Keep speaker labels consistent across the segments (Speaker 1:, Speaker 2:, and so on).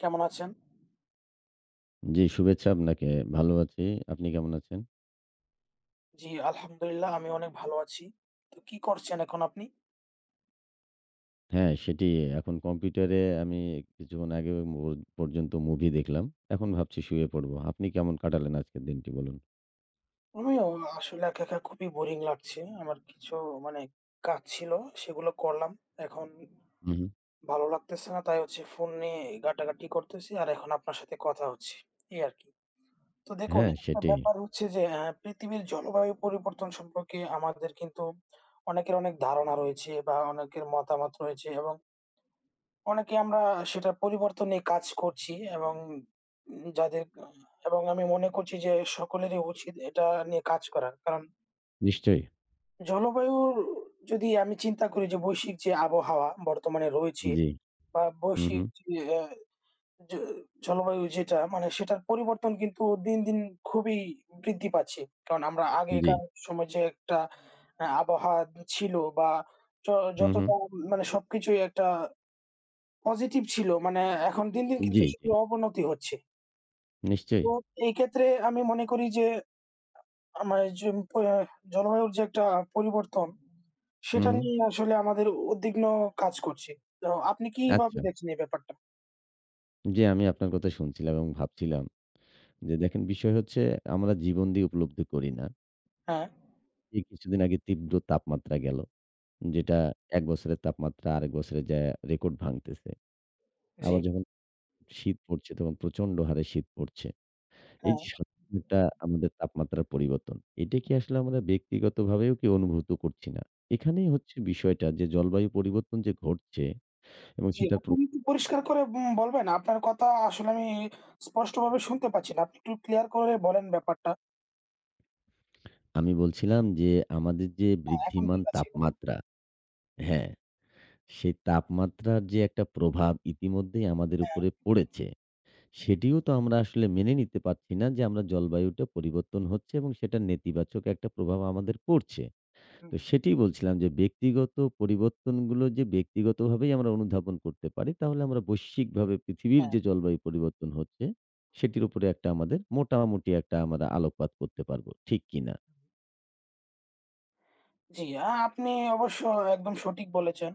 Speaker 1: কেমন আছেন?
Speaker 2: জি, শুভেচ্ছা আপনাকে। ভালো আছি। আপনি কেমন আছেন?
Speaker 1: জি, আলহামদুলিল্লাহ আমি অনেক ভালো আছি। তো কি করছেন এখন আপনি?
Speaker 2: হ্যাঁ, সেটি এখন কম্পিউটারে আমি কিছুক্ষণ আগে পর্যন্ত মুভি দেখলাম। এখন ভাবছি শুয়ে পড়ব। আপনি কেমন কাটালেন আজকের দিনটি বলুন?
Speaker 1: আমিও আসলে একা খুবই বোরিং লাগছে। আমার কিছু মানে কাজ ছিল সেগুলো করলাম। এখন
Speaker 2: হু, হু।
Speaker 1: ভালো লাগতেছে না তাই হচ্ছে ফোন নিয়ে ঘাটাঘাটি করতেছি আর এখন আপনার সাথে কথা হচ্ছে। এই আরকি। তো দেখুন
Speaker 2: হ্যাঁ,
Speaker 1: একটা
Speaker 2: সেটাই।
Speaker 1: ব্যাপার হচ্ছে যে পৃথিবীর জলবায়ু পরিবর্তন সম্পর্কে আমাদের কিন্তু অনেকের অনেক ধারণা রয়েছে বা অনেকের মতামত রয়েছে এবং অনেকে আমরা সেটার পরিবর্তনে কাজ করছি এবং উম যাদের আ এবং আমি মনে করছি যে সকলেরই উচিত এটা নিয়ে কাজ করা। কারণ
Speaker 2: নিশ্চয়ই।
Speaker 1: জলবায়ুর যদি আমি চিন্তা করি যে বৈশ্বিক যে আবহাওয়া বর্তমানে রয়েছে
Speaker 2: জি।
Speaker 1: বা
Speaker 2: হু, হু।
Speaker 1: বৈশ্বিক যে আ জ জলবায়ু যেটা মানে সেটার পরিবর্তন কিন্তু দিন, দিন খুবই বৃদ্ধি পাচ্ছে। কারণ আমরা
Speaker 2: জি।
Speaker 1: আগেকার সময় যে একটা আবহাওয়া ছিল বা য
Speaker 2: হু, হু।
Speaker 1: যতটা মানে সবকিছুই একটা পজিটিভ ছিল। মানে এখন দিন, দিন
Speaker 2: জি,
Speaker 1: কিন্তু
Speaker 2: জি।
Speaker 1: সেগুলো অবনতি হচ্ছে।
Speaker 2: নিশ্চয়ই।
Speaker 1: তো এই ক্ষেত্রে আমি মনে করি যে আমার যে প জলবায়ুর যে একটা পরিবর্তন,
Speaker 2: হু,
Speaker 1: সেটা
Speaker 2: হু।
Speaker 1: নিয়ে আসলে আমাদের উদ্বিগ্ন কাজ করছে। তো আপনি কিভাবে
Speaker 2: আচ্ছা।
Speaker 1: দেখছেন এই ব্যাপারটা?
Speaker 2: জি, আমি আপনার কথা শুনছিলাম এবং ভাবছিলাম যে দেখেন বিষয় হচ্ছে আমরা জীবন দিয়ে উপলব্ধি করি না।
Speaker 1: হ্যাঁ,
Speaker 2: এই কিছুদিন আগে তীব্র তাপমাত্রা গেল। যেটা ১ বছরের তাপমাত্রা আরেক বছরে যায়া রেকর্ড ভাঙতেছে।
Speaker 1: জি,
Speaker 2: আবার যখন শীত পড়ছে, তখন প্রচন্ড হারে শীত পড়ছে। এই
Speaker 1: হ্যাঁ,
Speaker 2: যে সবকিছু একটা আমাদের তাপমাত্রার পরিবর্তন, এটা কি আসলে আমরা ব্যক্তিগতভাবেও কি অনুভূত করছি না? এখানেই হচ্ছে বিষয়টা যে জলবায়ু পরিবর্তন যে ঘটছে এবং
Speaker 1: জি।
Speaker 2: সেটার।
Speaker 1: আপনি একটু পরিষ্কার করে বলবেন? আপনার কথা আসলে আমি স্পষ্টভাবে শুনতে পাচ্ছি না। আপনি একটু ক্লিয়ার করে বলেন ব্যাপারটা।
Speaker 2: আমি বলছিলাম যে আমাদের যে
Speaker 1: হ্যাঁ, এখন
Speaker 2: বৃদ্ধিমান
Speaker 1: ঠিক আছে।
Speaker 2: তাপমাত্রা। হ্যাঁ, সেই তাপমাত্রার যে একটা প্রভাব ইতিমধ্যেই আমাদের
Speaker 1: হ্যাঁ,
Speaker 2: উপরে পড়েছে, সেটিও তো আমরা আসলে মেনে নিতে পারছি না যে আমরা জলবায়ুটা পরিবর্তন হচ্ছে এবং সেটার নেতিবাচক একটা প্রভাব আমাদের পড়ছে। তো
Speaker 1: হুম,
Speaker 2: সেটিই বলছিলাম যে ব্যক্তিগত পরিবর্তনগুলো যে ব্যক্তিগতভাবেই আমরা অনুধাবন করতে পারি, তাহলে আমরা বৈশ্বিকভাবে পৃথিবীর
Speaker 1: হ্যাঁ।
Speaker 2: যে জলবায়ু পরিবর্তন হচ্ছে, সেটির উপরে একটা আমাদের মোটামুটি একটা আমরা আলোকপাত করতে পারবো। ঠিক কিনা?
Speaker 1: জি, আপনি অবশ্য একদম সঠিক বলেছেন।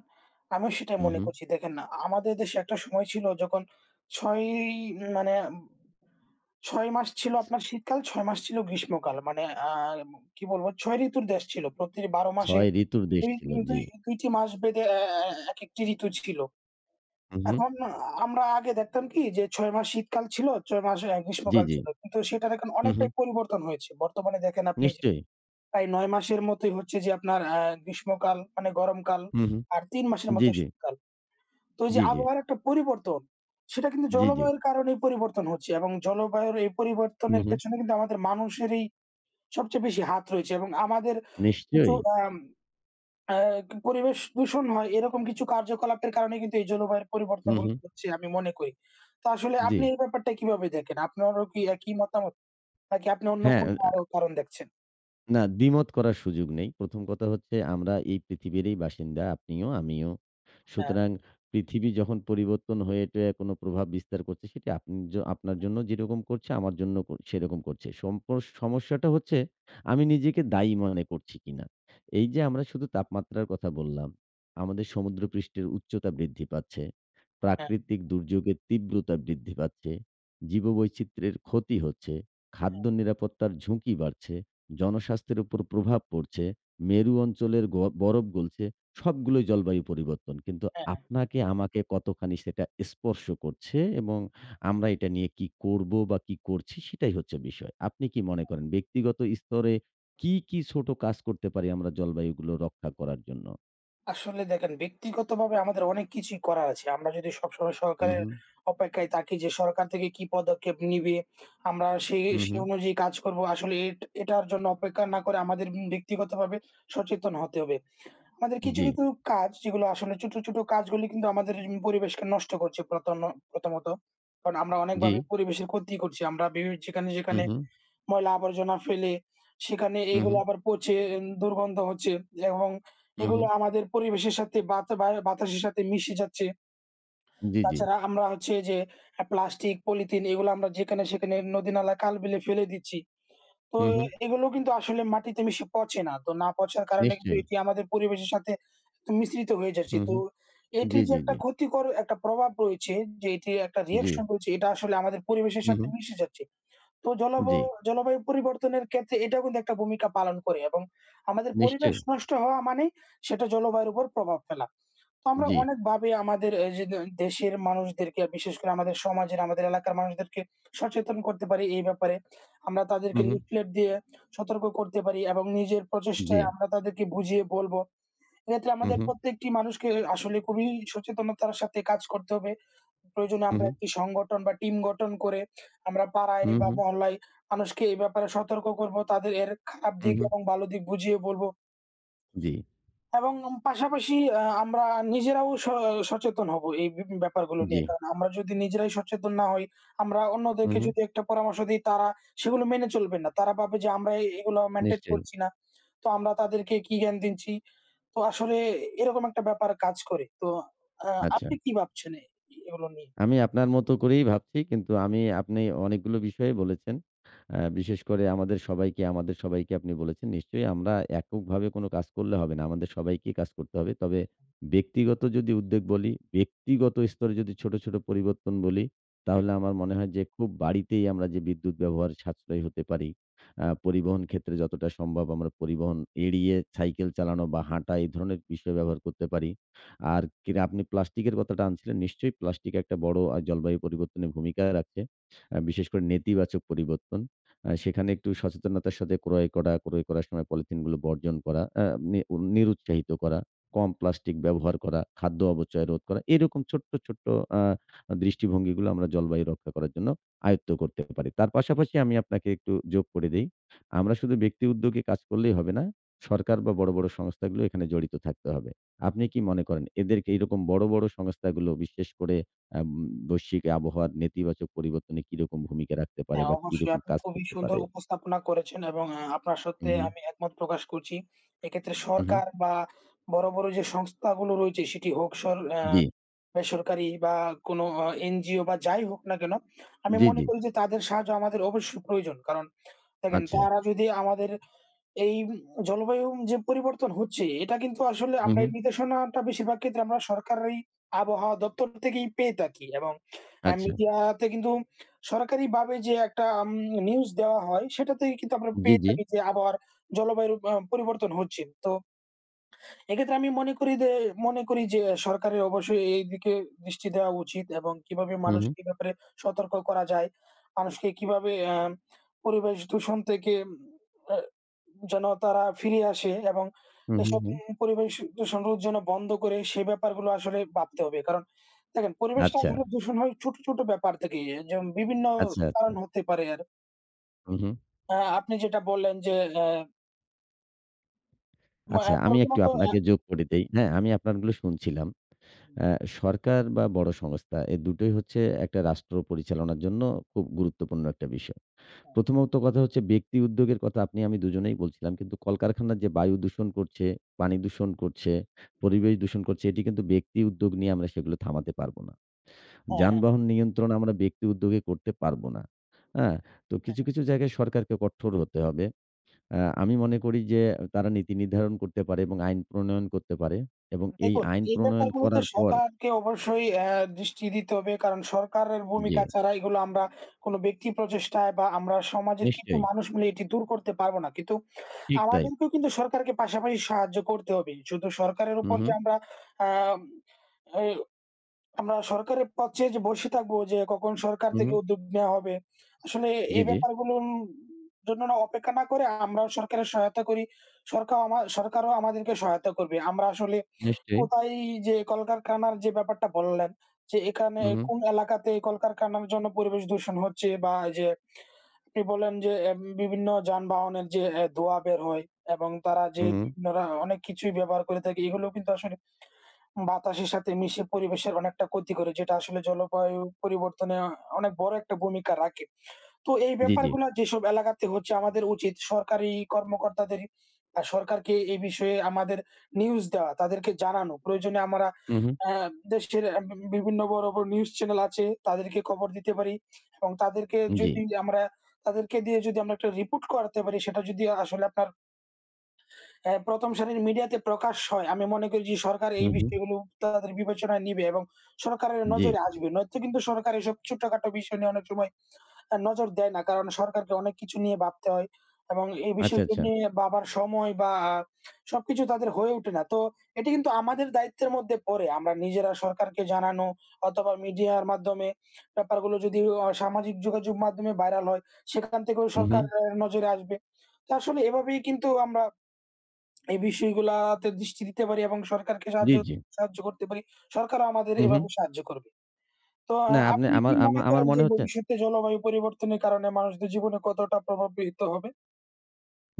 Speaker 1: আমিও সেটাই
Speaker 2: হু,
Speaker 1: মনে
Speaker 2: হু।
Speaker 1: করছি। দেখেন না, আমাদের দেশে একটা সময় ছিল যখন ৬ মানে ৬ মাস ছিল আপনার শীতকাল, ৬ মাস ছিল গ্রীষ্মকাল। মানে কি বলবো ৬ ঋতুর দেশ ছিল। প্রতি ১২ মাসে
Speaker 2: ৬ ঋতুর দেশ
Speaker 1: ২
Speaker 2: ছিল।
Speaker 1: দুই
Speaker 2: জি।
Speaker 1: ২ টি মাস ভেদে এ এ একেকটি ঋতু ছিল।
Speaker 2: হু, হু।
Speaker 1: এখন আমরা আগে দেখতাম কি যে ৬ মাস শীতকাল ছিল, ৬ মাস
Speaker 2: জি,
Speaker 1: গ্রীষ্মকাল
Speaker 2: জি।
Speaker 1: ছিল। কিন্তু সেটার এখন
Speaker 2: হু, হু।
Speaker 1: অনেকটাই পরিবর্তন হয়েছে। বর্তমানে দেখেন আপনি
Speaker 2: নিশ্চয়ই।
Speaker 1: প্রায় ৯ মাসের মতোই হচ্ছে যে আপনার গ্রীষ্মকাল মানে গরমকাল
Speaker 2: হু, হু।
Speaker 1: আর ৩ মাসের
Speaker 2: জি,
Speaker 1: মতো
Speaker 2: জি।
Speaker 1: শীতকাল। তো এই যে
Speaker 2: জি, জি।
Speaker 1: আবহাওয়ার একটা পরিবর্তন, সেটা কিন্তু
Speaker 2: জি, জি।
Speaker 1: জলবায়ুর কারণেই পরিবর্তন হচ্ছে এবং জলবায়ুর এই
Speaker 2: হু,
Speaker 1: পরিবর্তনের
Speaker 2: হু।
Speaker 1: পেছনে কিন্তু আমাদের মানুষেরই সবচেয়ে বেশি হাত রয়েছে এবং আমাদের কিছু
Speaker 2: নিশ্চয়ই।
Speaker 1: আম আ পরিবেশ দূষণ হয় এরকম কিছু কার্যকলাপের কারণে কিন্তু এই জলবায়ুর
Speaker 2: হু,
Speaker 1: পরিবর্তনগুলো
Speaker 2: হু।
Speaker 1: হচ্ছে আমি মনে করি। তো আসলে
Speaker 2: জি।
Speaker 1: আপনি এই ব্যাপারটা কিভাবে দেখেন? আপনারও কি একই মতামত? নাকি আপনি অন্য
Speaker 2: হ্যাঁ।
Speaker 1: কোনো আরো কারণ দেখছেন?
Speaker 2: না, দ্বিমত করার সুযোগ নেই। ১ম কথা হচ্ছে আমরা এই পৃথিবীরই বাসিন্দা। আপনিও, আমিও।
Speaker 1: হ্যাঁ,
Speaker 2: সুতরাং পৃথিবী যখন পরিবর্তন হয়ে টয়ে কোনো প্রভাব বিস্তার করছে সেটি আপনি আপনার
Speaker 1: হ্যাঁ,
Speaker 2: জন্য যেরকম করছে আমার জন্য সেরকম করছে। সমস্যাটা হচ্ছে আমি নিজেকে দায়ী মনে করছি কিনা। এই যে আমরা শুধু তাপমাত্রার কথা বললাম, আমাদের সমুদ্রপৃষ্ঠের উচ্চতা বৃদ্ধি পাচ্ছে,
Speaker 1: হ্যাঁ,
Speaker 2: প্রাকৃতিক দুর্যোগের তীব্রতা বৃদ্ধি পাচ্ছে, জীববৈচিত্র্যের ক্ষতি হচ্ছে, খাদ্য
Speaker 1: হ্যাঁ,
Speaker 2: নিরাপত্তার ঝুঁকি বাড়ছে। জনস্বাস্থ্যের উপর প্রভাব পড়ছে, মেরু অঞ্চলের বরফ গলছে, সবগুলোই জলবায়ু পরিবর্তন। কিন্তু
Speaker 1: হ্যাঁ।
Speaker 2: আপনাকে আমাকে কতখানি সেটা স্পর্শ করছে এবং আমরা এটা নিয়ে কি করব বা কি করছি সেটাই হচ্ছে বিষয়। আপনি কি মনে করেন ব্যক্তিগত স্তরে কি, কি ছোট কাজ করতে পারি আমরা জলবায়ুগুলো রক্ষা করার জন্য?
Speaker 1: আসলে দেখেন ব্যক্তিগতভাবে আমাদের অনেক কিছুই করার আছে। আমরা যদি সবসময়
Speaker 2: হু,
Speaker 1: সরকারের
Speaker 2: হু,
Speaker 1: অপেক্ষায় থাকি যে সরকার থেকে কি পদক্ষেপ নিবে, আমরা সেই
Speaker 2: হু, হু।
Speaker 1: সেই অনুযায়ী কাজ করব। আসলে এটার জন্য অপেক্ষা না করে আমাদের ব্যক্তিগতভাবে সচেতন হতে হবে। আমাদের কিছু,
Speaker 2: জি,
Speaker 1: কিছু কাজ যেগুলো আসলে ছোট, ছোট কাজগুলো কিন্তু আমাদের পরিবেশকে নষ্ট করছে প্রথমত। কারণ আমরা
Speaker 2: জি।
Speaker 1: অনেকভাবে পরিবেশের ক্ষতি করছি। আমরা যেখানে,
Speaker 2: হু,
Speaker 1: যেখানে
Speaker 2: হু,
Speaker 1: ময়লা আবর্জনা ফেলে সেখানে
Speaker 2: হু, হু,
Speaker 1: এগুলো আবার পচে দুর্গন্ধ হচ্ছে এবং
Speaker 2: হু, হু।
Speaker 1: এগুলো আমাদের পরিবেশের সাথে বাতাসের সাথে মিশে যাচ্ছে।
Speaker 2: জি, জি।
Speaker 1: তাছাড়া আমরা হচ্ছে যে প্লাস্টিক, পলিথিন এগুলো আমরা যেখানে সেখানে নদী-নালা, খাল-বিলে ফেলে দিচ্ছি। তো
Speaker 2: হু, হু।
Speaker 1: এগুলো কিন্তু আসলে মাটিতে মিশে পচে না। তো না পচার কারণে কিন্তু
Speaker 2: নিশ্চয়ই।
Speaker 1: এটি আমাদের পরিবেশের সাথে একদম মিশ্রিত হয়ে
Speaker 2: হু,
Speaker 1: যাচ্ছে। তো
Speaker 2: হু। জি,
Speaker 1: এটির যে
Speaker 2: জি,
Speaker 1: একটা
Speaker 2: জি।
Speaker 1: ক্ষতিকর একটা প্রভাব রয়েছে যে এটির একটা
Speaker 2: জি।
Speaker 1: রিঅ্যাকশন রয়েছে এটা আসলে আমাদের পরিবেশের
Speaker 2: হু,
Speaker 1: সাথে
Speaker 2: হু।
Speaker 1: মিশে যাচ্ছে। তো
Speaker 2: জি।
Speaker 1: জলবায়ু পরিবর্তনের ক্ষেত্রে এটাও কিন্তু একটা ভূমিকা পালন করে এবং আমাদের পরিবেশ
Speaker 2: নিশ্চয়ই।
Speaker 1: নষ্ট হওয়া মানেই সেটা জলবায়ুর উপর প্রভাব ফেলা। তো আমরা
Speaker 2: জি।
Speaker 1: অনেকভাবে আমাদের এই যে দেশের মানুষদেরকে বিশেষ করে আমাদের সমাজের, আমাদের এলাকার মানুষদেরকে সচেতন করতে পারি এই ব্যাপারে। আমরা
Speaker 2: হু,
Speaker 1: তাদেরকে
Speaker 2: হু।
Speaker 1: লিফলেট দিয়ে সতর্ক করতে পারি এবং নিজের
Speaker 2: জি।
Speaker 1: প্রচেষ্টায় আমরা তাদেরকে বুঝিয়ে বলব এক্ষেত্রে
Speaker 2: হু,
Speaker 1: আমাদের
Speaker 2: হু,
Speaker 1: প্রত্যেকটি মানুষকে আসলে খুবই সচেতনতার সাথে কাজ করতে হবে। প্রয়োজনে
Speaker 2: হু,
Speaker 1: আমরা
Speaker 2: হু,
Speaker 1: একটি সংগঠন বা টিম গঠন করে আমরা পাড়ায়
Speaker 2: হু,
Speaker 1: বা
Speaker 2: হু,
Speaker 1: মহল্লায় মানুষকে এই ব্যাপারে সতর্ক করব। তাদের এর খারাপ
Speaker 2: হু,
Speaker 1: দিক
Speaker 2: হু।
Speaker 1: এবং ভালো দিক বুঝিয়ে বলব।
Speaker 2: জি,
Speaker 1: এবং পাশাপাশি আমরা নিজেরাও সচেতন হব এই ব্যাপারগুলো
Speaker 2: জি।
Speaker 1: নিয়ে। কারণ আমরা যদি নিজেরাই সচেতন না হই, আমরা
Speaker 2: হু,
Speaker 1: অন্যদেরকে
Speaker 2: হু।
Speaker 1: যদি একটা পরামর্শ দেই তারা সেগুলো মেনে চলবে না। তারা ভাবে যে আমরা এগুলো মেইনটেইন
Speaker 2: নিশ্চয়ই।
Speaker 1: করছি না। তো আমরা তাদেরকে কি জ্ঞান দিচ্ছি? তো আসলে এরকম একটা ব্যাপার কাজ করে। তো আ
Speaker 2: আচ্ছা।
Speaker 1: আপনি কি ভাবছেন এগুলো নিয়ে?
Speaker 2: আমি আপনার মতো করেই ভাবছি। কিন্তু আমি আপনি অনেকগুলো বিষয়ে বলেছেন। বিশেষ করে আমাদের সবাইকে আপনি বলেছেন। নিশ্চয়ই আমরা এককভাবে কোনো কাজ করলে হবে না। আমাদের সবাইকেই কাজ করতে হবে। তবে ব্যক্তিগত যদি উদ্যোগ বলি, ব্যক্তিগত স্তরে যদি ছোট, ছোট পরিবর্তন বলি,
Speaker 1: হুম,
Speaker 2: তাহলে আমার মনে হয় যে খুব বাড়িতেই আমরা যে বিদ্যুৎ ব্যবহার সাশ্রয়ী হতে পারি। পরিবহন ক্ষেত্রে যতটা সম্ভব আমরা পরিবহন এড়িয়ে সাইকেল চালানো বা হাঁটা এই ধরনের বিষয় ব্যবহার করতে পারি।
Speaker 1: হুম,
Speaker 2: আর
Speaker 1: হুম,
Speaker 2: আপনি প্লাস্টিকের কথাটা আনছিলেন। নিশ্চয়ই প্লাস্টিক একটা বড় জলবায়ু পরিবর্তনে ভূমিকা রাখছে।
Speaker 1: হুম।
Speaker 2: বিশেষ করে নেতিবাচক পরিবর্তন। সেখানে একটু সচেতনতার সাথে ক্রয় করা, ক্রয় করার সময় পলিথিনগুলো বর্জন করা, আ নি নিরুৎসাহিত করা, কম প্লাস্টিক ব্যবহার করা, খাদ্য অপচয় রোধ করা। এরকম ছোট্ট, ছোট্ট আ দৃষ্টিভঙ্গিগুলো আমরা জলবায়ু রক্ষা করার জন্য আয়ত্ত করতে পারি। তার পাশাপাশি আমি আপনাকে একটু যোগ করে দেই। আমরা শুধু ব্যক্তি উদ্যোগে কাজ করলেই হবে না। সরকার বা বড়, বড় সংস্থাগুলো এখানে জড়িত থাকতে হবে। আপনি কি মনে করেন এদেরকে এরকম বড়, বড় সংস্থাগুলো বিশেষ করে আ উম বৈশ্বিক আবহাওয়ার নেতিবাচক পরিবর্তনে কিরকম ভূমিকা রাখতে পারে
Speaker 1: হ্যাঁ,
Speaker 2: বা
Speaker 1: অবশ্যই
Speaker 2: কিরকম
Speaker 1: আপনি
Speaker 2: কাজ
Speaker 1: খুবই
Speaker 2: করতে
Speaker 1: সুন্দর
Speaker 2: পারে?
Speaker 1: উপস্থাপনা করেছেন এবং আপনার
Speaker 2: হু,
Speaker 1: সাথে
Speaker 2: হু,
Speaker 1: আমি একমত প্রকাশ করছি। এক্ষেত্রে
Speaker 2: হু, হু।
Speaker 1: সরকার বা বড়, বড় যে সংস্থাগুলো রয়েছে সেটি হোক সর আ
Speaker 2: জি,
Speaker 1: বেসরকারি বা কোনো এনজিও বা যাই হোক না কেন, আমি
Speaker 2: জি,
Speaker 1: মনে
Speaker 2: জি।
Speaker 1: করি যে তাদের সাহায্য আমাদের অবশ্যই প্রয়োজন। কারণ দেখেন
Speaker 2: আচ্ছা।
Speaker 1: তারা যদি আমাদের এই জলবায়ু যে পরিবর্তন হচ্ছে এটা কিন্তু আসলে
Speaker 2: হু,
Speaker 1: আমরা
Speaker 2: হু।
Speaker 1: এই নির্দেশনাটা বেশিরভাগ ক্ষেত্রে আমরা সরকারি আবহাওয়া দপ্তর থেকেই পেয়ে থাকি এবং
Speaker 2: আচ্ছা।
Speaker 1: মিডিয়াতে কিন্তু সরকারিভাবে যে একটা নিউজ দেওয়া হয় সেটা থেকে কিন্তু আমরা
Speaker 2: জি,
Speaker 1: পেয়ে
Speaker 2: জি।
Speaker 1: থাকি যে আবহাওয়ার জলবায়ুর পরিবর্তন হচ্ছে। তো এক্ষেত্রে আমি মনে করি যে মনে করি যে সরকারের অবশ্যই এই দিকে দৃষ্টি দেওয়া উচিত এবং কিভাবে
Speaker 2: হু, হু,
Speaker 1: মানুষকে এই ব্যাপারে সতর্ক করা যায়। মানুষকে কিভাবে পরিবেশ দূষণ থেকে আ যেন তারা ফিরে আসে এবং
Speaker 2: হু, হু,
Speaker 1: এসব
Speaker 2: হু।
Speaker 1: পরিবেশ দূষণ রোধ যেন বন্ধ করে সে ব্যাপারগুলো আসলে ভাবতে হবে। কারণ দেখেন পরিবেশটা
Speaker 2: আচ্ছা,
Speaker 1: আসলে দূষণ হয় ছোট, ছোট ব্যাপার থেকেই। এ যেমন বিভিন্ন
Speaker 2: আচ্ছা, আচ্ছা।
Speaker 1: কারণ হতে পারে আর।
Speaker 2: হু, হু।
Speaker 1: আ আপনি যেটা বললেন যে, অ্যা মা
Speaker 2: আচ্ছা আমি একটু
Speaker 1: প্রথমত অ্যা
Speaker 2: আপনাকে যোগ করে দেই। হ্যাঁ, আমি আপনারগুলো শুনছিলাম। আ সরকার বা বড় সংস্থা এ দুটোই হচ্ছে একটা রাষ্ট্র পরিচালনার জন্য খুব গুরুত্বপূর্ণ একটা বিষয়। প্রথমত কথা হচ্ছে ব্যক্তি উদ্যোগের কথা আপনি আমি দুজনেই বলছিলাম। কিন্তু কলকারখানা যে বায়ু দূষণ করছে, পানি দূষণ করছে, পরিবেশ দূষণ করছে এটি কিন্তু ব্যক্তি উদ্যোগ নিয়ে আমরা সেগুলো থামাতে পারব না।
Speaker 1: হ্যাঁ, হ্যাঁ।
Speaker 2: যানবাহন নিয়ন্ত্রণ আমরা ব্যক্তি উদ্যোগে করতে পারব না। হ্যাঁ? তো কিছু, কিছু জায়গায় সরকারকে কঠোর হতে হবে। আমি মনে করি যে তারা নীতি নির্ধারণ করতে পারে এবং আইন প্রণয়ন করতে পারে এবং এই
Speaker 1: দেখুন,
Speaker 2: আইন
Speaker 1: এই
Speaker 2: প্রণয়ন
Speaker 1: ব্যাপারগুলোতে
Speaker 2: করার পর।
Speaker 1: সরকারকে অবশ্যই দৃষ্টি দিতে হবে। কারণ সরকারের
Speaker 2: জি,
Speaker 1: ভূমিকা ছাড়া এগুলো আমরা কোন ব্যক্তি প্রচেষ্টায় বা আমরা সমাজের কিছু
Speaker 2: নিশ্চয়ই।
Speaker 1: মানুষ মিলে এটি দূর করতে পারবো না। কিন্তু
Speaker 2: ঠিক তাই।
Speaker 1: আমাদেরকেও কিন্তু সরকারকে পাশাপাশি সাহায্য করতে হবে। শুধু সরকারের
Speaker 2: হু,
Speaker 1: উপর
Speaker 2: হু,
Speaker 1: যে আমরা আম এ আমরা সরকারের পথ চেয়ে যে বসে থাকবো যে কখন সরকার
Speaker 2: হু, হু।
Speaker 1: থেকে উদ্যোগ নেওয়া হবে। আসলে
Speaker 2: জি,
Speaker 1: এই
Speaker 2: জি।
Speaker 1: ব্যাপারগুলোর জন্য অপেক্ষা না করে আমরাও সরকারের সহায়তা করি। সরকাও আমা সরকারও আমাদেরকে সহায়তা করবে। আমরা আসলে
Speaker 2: নিশ্চয়ই।
Speaker 1: কোথায় যে কলকারখানার যে ব্যাপারটা বললেন, যে এখানে
Speaker 2: হু, হু,
Speaker 1: কোন এলাকাতে কলকারখানার জন্য পরিবেশ দূষণ হচ্ছে বা যে আপনি বললেন যে বিভিন্ন যানবাহনের যে ধোঁয়া বের হয় এবং তারা
Speaker 2: হু,
Speaker 1: যে
Speaker 2: হু।
Speaker 1: বিভিন্ন অনেক কিছুই ব্যবহার করে থাকে এগুলো কিন্তু আসলে বাতাসের সাথে মিশে পরিবেশের অনেকটা ক্ষতি করে যেটা আসলে জলবায়ু পরিবর্তনে অনেক বড় একটা ভূমিকা রাখে। তো এই
Speaker 2: জি, জি।
Speaker 1: ব্যাপারগুলা যেসব এলাকাতে হচ্ছে আমাদের উচিত সরকারি কর্মকর্তাদের সরকারকে এই বিষয়ে আমাদের নিউজ দেওয়া, তাদেরকে জানানো। প্রয়োজনে আমরা
Speaker 2: হু, হু।
Speaker 1: আ দেশের আ বি বিভিন্ন বড়, বড় নিউজ চ্যানেল আছে তাদেরকে খবর দিতে পারি এবং
Speaker 2: জি।
Speaker 1: তাদেরকে দিয়ে যদি আমরা একটা রিপোর্ট করাতে পারি সেটা যদি আসলে আপনার অ্যা প্রথম সারির মিডিয়াতে প্রকাশ হয়। আমি মনে করি যে সরকার
Speaker 2: হু,
Speaker 1: এই
Speaker 2: হু।
Speaker 1: বিষয়গুলো তাদের বিবেচনায় নিবে এবং সরকারের
Speaker 2: জি।
Speaker 1: নজরে আসবে। নয়তো কিন্তু সরকার এসব ছোটখাটো বিষয় নিয়ে অনেক সময় নজর দেয় না। কারণ সরকারকে অনেক কিছু নিয়ে ভাবতে হয় এবং এই
Speaker 2: আচ্ছা,
Speaker 1: বিষয়গুলো
Speaker 2: আচ্ছা।
Speaker 1: নিয়ে ভাবার সময় বা আ সবকিছু তাদের হয়ে ওঠে না। তো এটি কিন্তু আমাদের দায়িত্বের মধ্যে পড়ে। আমরা নিজেরা সরকারকে জানানো অথবা মিডিয়ার মাধ্যমে ব্যাপারগুলো যদি সামাজিক যোগাযোগ মাধ্যমে ভাইরাল হয়, সেখান থেকেও
Speaker 2: হু, হু।
Speaker 1: সরকারের নজরে আসবে। তো আসলে এভাবেই কিন্তু আমরা এই বিষয়গুলাতে দৃষ্টি দিতে পারি এবং সরকারকে সাহায্য
Speaker 2: জি, জি।
Speaker 1: সাহায্য করতে পারি। সরকারও আমাদের
Speaker 2: হু, হু।
Speaker 1: এভাবে সাহায্য করবে। তো
Speaker 2: না আপনি
Speaker 1: আপনি
Speaker 2: আমার
Speaker 1: কি
Speaker 2: আমা
Speaker 1: মনে
Speaker 2: আমার
Speaker 1: করেন যে
Speaker 2: মনে হচ্ছে
Speaker 1: ভবিষ্যতে জলবায়ু পরিবর্তনের কারণে মানুষদের জীবনে কতটা প্রভাবিত হবে?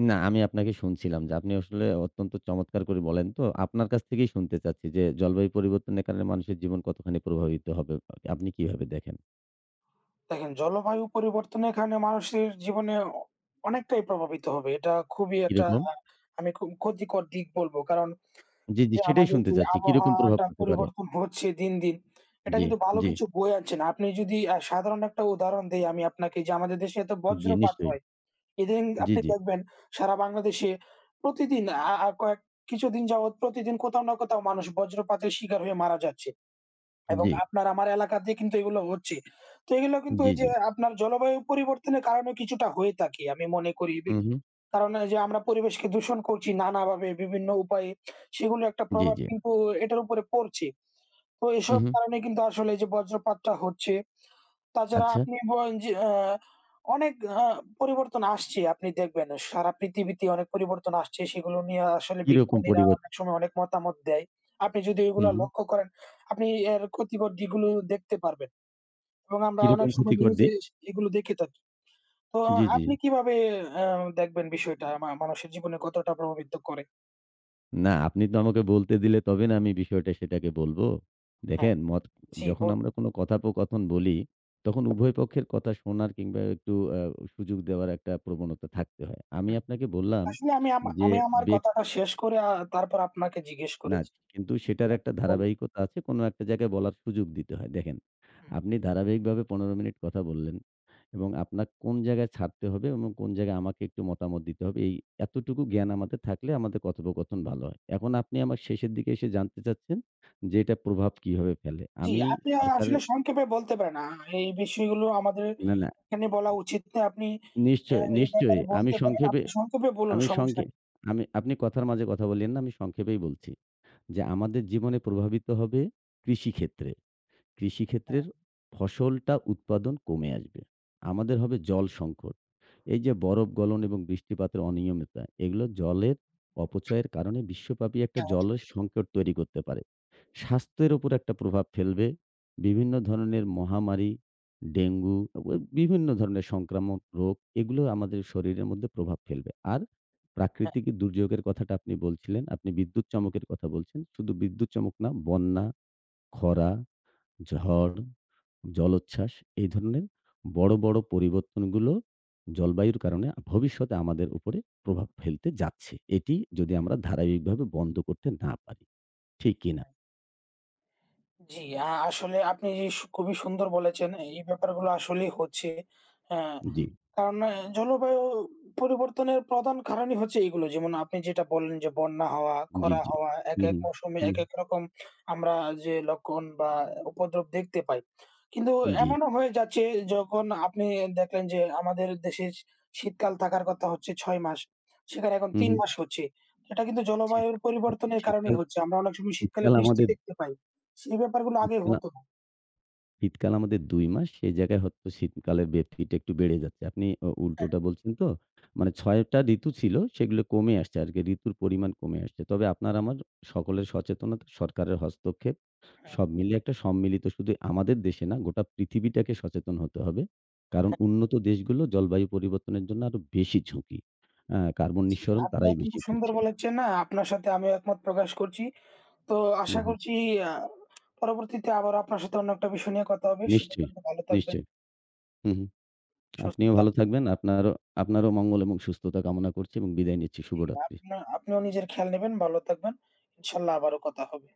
Speaker 2: না আমি আপনাকে শুনছিলাম যে আপনি আসলে অত্যন্ত চমৎকার করে বলেন তো আপনার কাছ থেকেই শুনতে চাচ্ছি যে জলবায়ু পরিবর্তনের কারণে মানুষের জীবন কতখানি প্রভাবিত হবে? আপনি কিভাবে দেখেন?
Speaker 1: দেখেন জলবায়ু পরিবর্তনের কারণে মানুষের জীবনে অনেকটাই প্রভাবিত হবে। এটা খুবই একটা
Speaker 2: কিরকম?
Speaker 1: আমি খুব ক্ষতিকর দিক বলবো। কারণ
Speaker 2: জি, জি
Speaker 1: যে
Speaker 2: সেটাই
Speaker 1: আমাদের
Speaker 2: শুনতে
Speaker 1: যে
Speaker 2: চাচ্ছি। কিরকম প্রভাব
Speaker 1: আবহাওয়াটা
Speaker 2: পড়তে পারে?
Speaker 1: পরিবর্তন হচ্ছে দিন, দিন এটা
Speaker 2: জি,
Speaker 1: কিন্তু ভালো
Speaker 2: জি,
Speaker 1: কিছু বয়ে আনছে না। আপনি যদি সাধারণ একটা উদাহরণ দেই আমি আপনাকে যে আমাদের দেশে এত
Speaker 2: জি
Speaker 1: বজ্রপাত
Speaker 2: নিশ্চয়ই।
Speaker 1: হয়। ইদানিং
Speaker 2: জি,
Speaker 1: আপনি
Speaker 2: জি,
Speaker 1: দেখবেন সারা বাংলাদেশে প্রতিদিন আ আ কয়েক কিছুদিন যাবৎ প্রতিদিন কোথাও না কোথাও মানুষ বজ্রপাতের শিকার হয়ে মারা যাচ্ছে। এবং
Speaker 2: জি,
Speaker 1: আপনার আমার এলাকাতে কিন্তু এগুলো হচ্ছে। তো এগুলো কিন্তু
Speaker 2: জি,
Speaker 1: এই যে
Speaker 2: জি।
Speaker 1: আপনার জলবায়ু পরিবর্তনের কারণে কিছুটা হয়ে থাকে আমি মনে করি।
Speaker 2: হু, হু।
Speaker 1: কারণ এই যে আমরা পরিবেশকে দূষণ করছি নানাভাবে বিভিন্ন উপায়ে সেগুলো একটা
Speaker 2: জি,
Speaker 1: প্রভাব
Speaker 2: জি।
Speaker 1: কিন্তু এটার উপরে পড়ছে। তো
Speaker 2: হু,
Speaker 1: এসব
Speaker 2: হু।
Speaker 1: কারণে কিন্তু আসলে এই যে বজ্রপাতটা হচ্ছে তাছাড়া
Speaker 2: আচ্ছা।
Speaker 1: আপনি বলেন যে আহ, অনেক আ পরিবর্তন আসছে। আপনি দেখবেন সারা পৃথিবীতে অনেক পরিবর্তন আসছে। সেগুলো নিয়ে আসলে
Speaker 2: কিরকম
Speaker 1: বিজ্ঞানীরা
Speaker 2: পরিবর্তন?
Speaker 1: অনেক সময় অনেক মতামত দেয়। আপনি যদি
Speaker 2: হু,
Speaker 1: এগুলো
Speaker 2: হু।
Speaker 1: লক্ষ্য করেন, আপনি এর ক্ষতিকর দিকগুলো দেখতে পারবেন। এবং আমরা অনেক
Speaker 2: কিরকম
Speaker 1: সময়
Speaker 2: ক্ষতিকর
Speaker 1: নিউজে
Speaker 2: দিক?
Speaker 1: এগুলো দেখে থাকি। তো
Speaker 2: জি, জি।
Speaker 1: আপনি কিভাবে আ দেখবেন বিষয়টা মানুষের জীবনে কতটা প্রভাবিত করে?
Speaker 2: না, আপনি তো আমাকে বলতে দিলে তবে না আমি বিষয়টা সেটাকে বলব।
Speaker 1: হ্যাঁ,
Speaker 2: দেখেন
Speaker 1: জি
Speaker 2: যখন
Speaker 1: বলুন।
Speaker 2: আমরা কোনো কথোপকথন বলি, তখন উভয় পক্ষের কথা শোনার কিংবা একটু আ সুযোগ দেওয়ার একটা প্রবণতা থাকতে হয়। আমি
Speaker 1: হুম।
Speaker 2: আপনাকে বললাম
Speaker 1: আসলে
Speaker 2: যে,
Speaker 1: আমি আমার
Speaker 2: ব্যা
Speaker 1: কথাটা শেষ করে তারপর আপনাকে জিজ্ঞেস
Speaker 2: না,
Speaker 1: করেছি।
Speaker 2: কিন্তু সেটার একটা
Speaker 1: আপনি বলুন।
Speaker 2: ধারাবাহিকতা আছে। কোনো একটা জায়গায় বলার সুযোগ দিতে হয়। দেখেন, আপনি ধারাবাহিকভাবে ১৫ মিনিট কথা বললেন এবং আপনার কোন জায়গায় ছাড়তে হবে এবং কোন জায়গায় আমাকে একটু মতামত দিতে হবে, এতটুকু জ্ঞান আমাদের থাকলে আমাদের কথোপকথন ভালো হয়। এখন
Speaker 1: হুম।
Speaker 2: আপনি আমার শেষের দিকে এসে জানতে চাচ্ছেন যে এটার প্রভাব কিভাবে ফেলে।
Speaker 1: জি,
Speaker 2: আমি
Speaker 1: আপনি আ আসলে
Speaker 2: সরকারের
Speaker 1: সংক্ষেপে বলতে পারেন। এই বিষয়গুলো আমাদের
Speaker 2: না, না,
Speaker 1: এখানে বলা উচিত না। আপনি
Speaker 2: নিশ্চয়ই,
Speaker 1: এই
Speaker 2: নিশ্চয়ই।
Speaker 1: ব্যাপারে
Speaker 2: আমি
Speaker 1: বলতে পারেন।
Speaker 2: সংক্ষেপে
Speaker 1: আপনি সংক্ষেপে বলুন
Speaker 2: আমি
Speaker 1: সমস্যা
Speaker 2: সংক্ষে
Speaker 1: নেই।
Speaker 2: আমি আপনি কথার মাঝে কথা বলিয়েন না, আমি সংক্ষেপেই বলছি যে
Speaker 1: হুম,
Speaker 2: আমাদের জীবনে প্রভাবিত হবে কৃষিক্ষেত্রে।
Speaker 1: হ্যাঁ,
Speaker 2: কৃষিক্ষেত্রের ফসলটা উৎপাদন কমে আসবে। আমাদের হবে জল সংকট। এই যে বরফ গলন এবং বৃষ্টিপাতের অনিয়মিতা, এগুলো জলের অপচয়ের কারণে বিশ্বব্যাপী একটা
Speaker 1: হ্যাঁ,
Speaker 2: জলের সংকট তৈরি করতে পারে।
Speaker 1: হুম,
Speaker 2: স্বাস্থ্যের উপর একটা প্রভাব ফেলবে। বিভিন্ন ধরনের মহামারী, ডেঙ্গু, ও বিভিন্ন ধরনের সংক্রামক রোগ এগুলো আমাদের শরীরের মধ্যে প্রভাব ফেলবে। আর
Speaker 1: হ্যাঁ,
Speaker 2: প্রাকৃতিক দুর্যোগের কথাটা আপনি বলছিলেন, আপনি বিদ্যুৎ চমকের কথা বলছেন। শুধু বিদ্যুৎ চমক না, বন্যা, খরা, ঝড় জলোচ্ছ্বাস এই ধরনের বড়, বড় পরিবর্তনগুলো জলবায়ুর কারণে ভবিষ্যতে আমাদের উপরে প্রভাব ফেলতে যাচ্ছে। এটি যদি
Speaker 1: হুম,
Speaker 2: আমরা ধারাবাহিকভাবে বন্ধ করতে না পারি। ঠিক কিনা?
Speaker 1: হ্যাঁ। জি, আসলে আপনি যে খুবই সুন্দর বলেছেন। এই ব্যাপারগুলো আসলেই হচ্ছে। অ্যা
Speaker 2: জি,
Speaker 1: কারণ জলবায়ু পরিবর্তনের প্রধান কারণই হচ্ছে এগুলো। যেমন আপনি যেটা বললেন যে বন্যা হওয়া,
Speaker 2: জি,
Speaker 1: খরা
Speaker 2: জি।
Speaker 1: হওয়া,
Speaker 2: হু,
Speaker 1: একেক
Speaker 2: হু,
Speaker 1: মৌসুমে
Speaker 2: হু,
Speaker 1: একেক রকম আমরা যে লক্ষণ বা উপদ্রব দেখতে পাই। কিন্তু
Speaker 2: জি,
Speaker 1: এমনও হয়ে যাচ্ছে যখন আপনি দেখলেন যে আমাদের দেশে শীতকাল থাকার কথা হচ্ছে ৬ মাস। সেখানে এখন
Speaker 2: হু,
Speaker 1: ৩
Speaker 2: হু।
Speaker 1: মাস হচ্ছে। এটা কিন্তু জলবায়ুর
Speaker 2: শীতকাল
Speaker 1: পরিবর্তনের
Speaker 2: শীতকাল
Speaker 1: কারণেই হচ্ছে। আমরা অনেক সময় শীতকালে
Speaker 2: শীতকাল
Speaker 1: বৃষ্টি
Speaker 2: আমাদের
Speaker 1: দেখতে পাই। সেই ব্যাপারগুলো আগে
Speaker 2: শীতকাল
Speaker 1: হতো না।
Speaker 2: শীতকাল আমাদের ২ মাস। সেই জায়গায় হয়তো শীতকালের ব্যক্তিটা একটু বেড়ে যাচ্ছে। আপনি উল্টোটা বলছেন তো। মানে ৬ টা ঋতু ছিল, সেগুলো কমে আসছে আরকি। ঋতুর পরিমাণ কমে আসছে। তবে আপনার আমার সকলের সচেতনতা, সরকারের হস্তক্ষেপ,
Speaker 1: হ্যাঁ।
Speaker 2: সব মিলিয়ে একটা সম্মিলিত শুধু আমাদের দেশে না, গোটা পৃথিবীটাকে সচেতন হতে হবে। কারণ উন্নত দেশগুলো জলবায়ু পরিবর্তনের জন্য আরো বেশি ঝুঁকি। কার্বন
Speaker 1: জি,
Speaker 2: নিঃসরণ
Speaker 1: আপনি
Speaker 2: তারাই
Speaker 1: অত্যন্ত
Speaker 2: বেশি
Speaker 1: সুন্দর
Speaker 2: করছে।
Speaker 1: বলেছেন না? আপনার সাথে আমিও একমত প্রকাশ করছি। তো
Speaker 2: হুম,
Speaker 1: আশা
Speaker 2: হুম।
Speaker 1: করছি আ পরবর্তীতে আবারও আপনার সাথে অন্য একটা বিষয় নিয়ে কথা হবে। সে
Speaker 2: নিশ্চয়ই,
Speaker 1: পর্যন্ত ভালো থাকবেন,
Speaker 2: নিশ্চয়ই। হুম, হুম।
Speaker 1: সুস্থ
Speaker 2: আপনিও
Speaker 1: থাকবেন।
Speaker 2: ভালো থাকবেন। আপনারও আপনারও মঙ্গল এবং সুস্থতা কামনা করছি এবং বিদায় নিচ্ছি।
Speaker 1: এই
Speaker 2: শুভরাত্রি।
Speaker 1: আপনিও নিজের খেয়াল নেবেন, ভালো থাকবেন। ইনশাআল্লাহ আবারও কথা হবে।